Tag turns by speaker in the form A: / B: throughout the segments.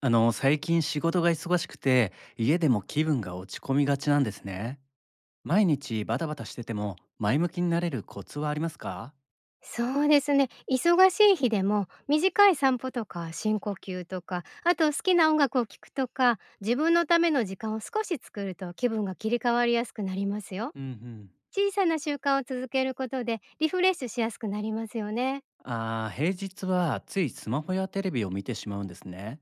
A: 最近仕事が忙しくて、家でも気分が落ち込みがちなんですね。毎日バタバタしてても、前向きになれるコツはありますか？
B: そうですね。忙しい日でも、短い散歩とか深呼吸とか、あと好きな音楽を聴くとか、自分のための時間を少し作ると気分が切り替わりやすくなりますよ。
A: うんうん。
B: 小さな習慣を続けることでリフレッシュしやすくなりますよね。
A: ああ、平日はついスマホやテレビを見てしまうんですね。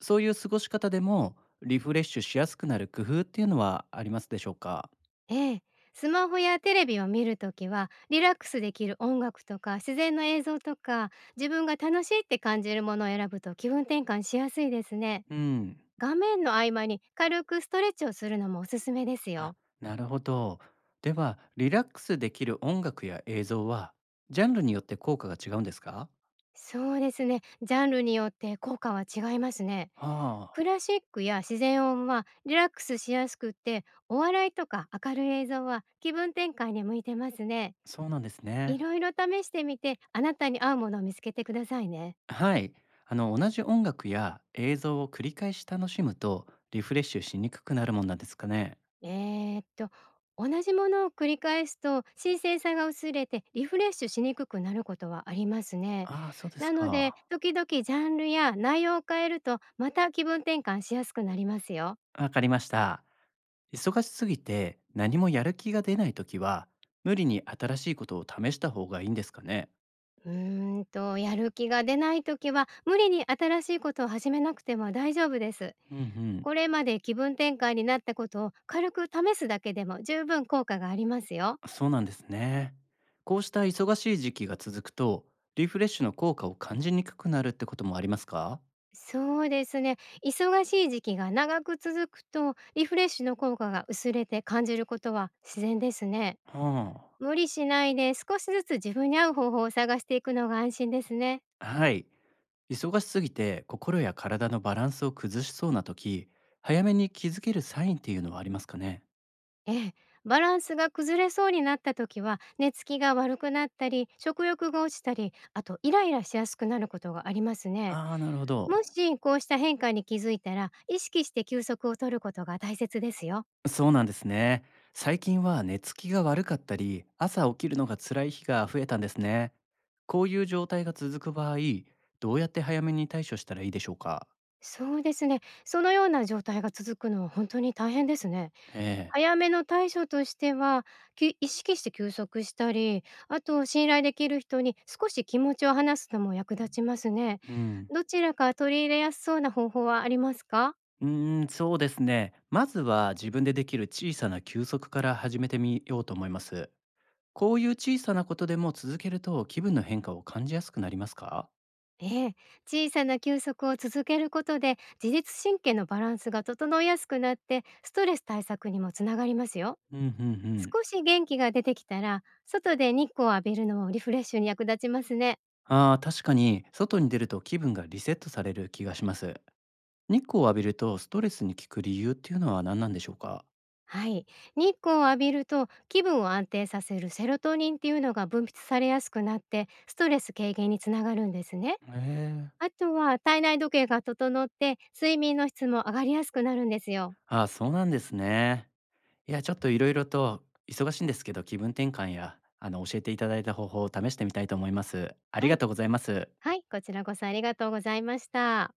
A: そういう過ごし方でも、リフレッシュしやすくなる工夫っていうのはありますでしょうか？
B: ええ。スマホやテレビを見るときは、リラックスできる音楽とか自然の映像とか、自分が楽しいって感じるものを選ぶと気分転換しやすいですね。
A: うん。
B: 画面の合間に軽くストレッチをするのもおすすめです
A: あ、
B: よ。
A: なるほど。では、リラックスできる音楽や映像は、ジャンルによって効果が違うんですか？
B: そうですね。ジャンルによって効果は違いますね。
A: あ
B: ク
A: あ、
B: ラシックや自然音はリラックスしやすくって、お笑いとか明るい映像は気分転換に向いてますね。
A: そうなんです
B: い
A: ね。
B: ろいろ試してみて、あなたに合うものを見つけてくださいね。
A: はい。同じ音楽や映像を繰り返し楽しむと、リフレッシュしにくくなるもんなんですかね。
B: えー、っと、同じものを繰り返すと新鮮さが薄れてリフレッシュしにくくなることはありますね。
A: ああ、そうです
B: なので、
A: か。
B: 時々ジャンルや内容を変えるとまた気分転換しやすくなりますよ。
A: わかりました。忙しすぎて何もやる気が出ないときは、無理に新しいことを試した方がいいんですかね。
B: やる気が出ないときは、無理に新しいことを始めなくても大丈夫です。
A: うんうん。
B: これまで気分転換になったことを軽く試すだけでも十分効果がありますよ。
A: そうなんですね。こうした忙しい時期が続くと、リフレッシュの効果を感じにくくなるってこともありますか？
B: そうですね。忙しい時期が長く続くと、リフレッシュの効果が薄れて感じることは自然ですね。
A: は
B: 無理しないで少しずつ自分に合う方法を探していくのが安心ですね。
A: あ。はい。忙しすぎて心や体のバランスを崩しそうな時、早めに気づけるサインっていうのはありますかね？
B: ええ、バランスが崩れそうになった時は、寝つきが悪くなったり、食欲が落ちたり、あとイライラしやすくなることがありますね。
A: ああー、なるほど。
B: もしこうした変化に気づいたら、意識して休息を取ることが大切ですよ。
A: そうなんですね。最近は寝つきが悪かったり、朝起きるのが辛い日が増えたんですね。こういう状態が続く場合、どうやって早めに対処したらいいでしょうか？
B: そうですね。そのような状態が続くのは本当に大変ですね。
A: ええ。
B: 早めの対処としては、意識して休息したり、あと信頼できる人に少し気持ちを話すのも役立ちますね。
A: うん。
B: どちらか取り入れやすそうな方法はありますか？
A: うーん、そうですね。まずは自分でできる小さな休息から始めてみようと思います。こういう小さなことでも続けると気分の変化を感じやすくなりますか？
B: ええ、小さな休息を続けることで、自律神経のバランスが整いやすくなってストレス対策にもつながりますよ。
A: うんうんうん。
B: 少し元気が出てきたら、外で日光を浴びるのもリフレッシュに役立ちますね。
A: あー、確かに外に出ると気分がリセットされる気がします。日光を浴びるとストレスに効く理由っていうのは何なんでしょうか？
B: はい。日光を浴びると、気分を安定させるセロトニンっていうのが分泌されやすくなって、ストレス軽減につながるんですね。
A: へえ。
B: あとは体内時計が整って、睡眠の質も上がりやすくなるんですよ。
A: あー、そうなんですね。いや、ちょっといろいろと忙しいんですけど、気分転換や教えていただいた方法を試してみたいと思います。あり
B: は
A: が
B: い。
A: とうございます。
B: はい、こちらこそありがとうございました。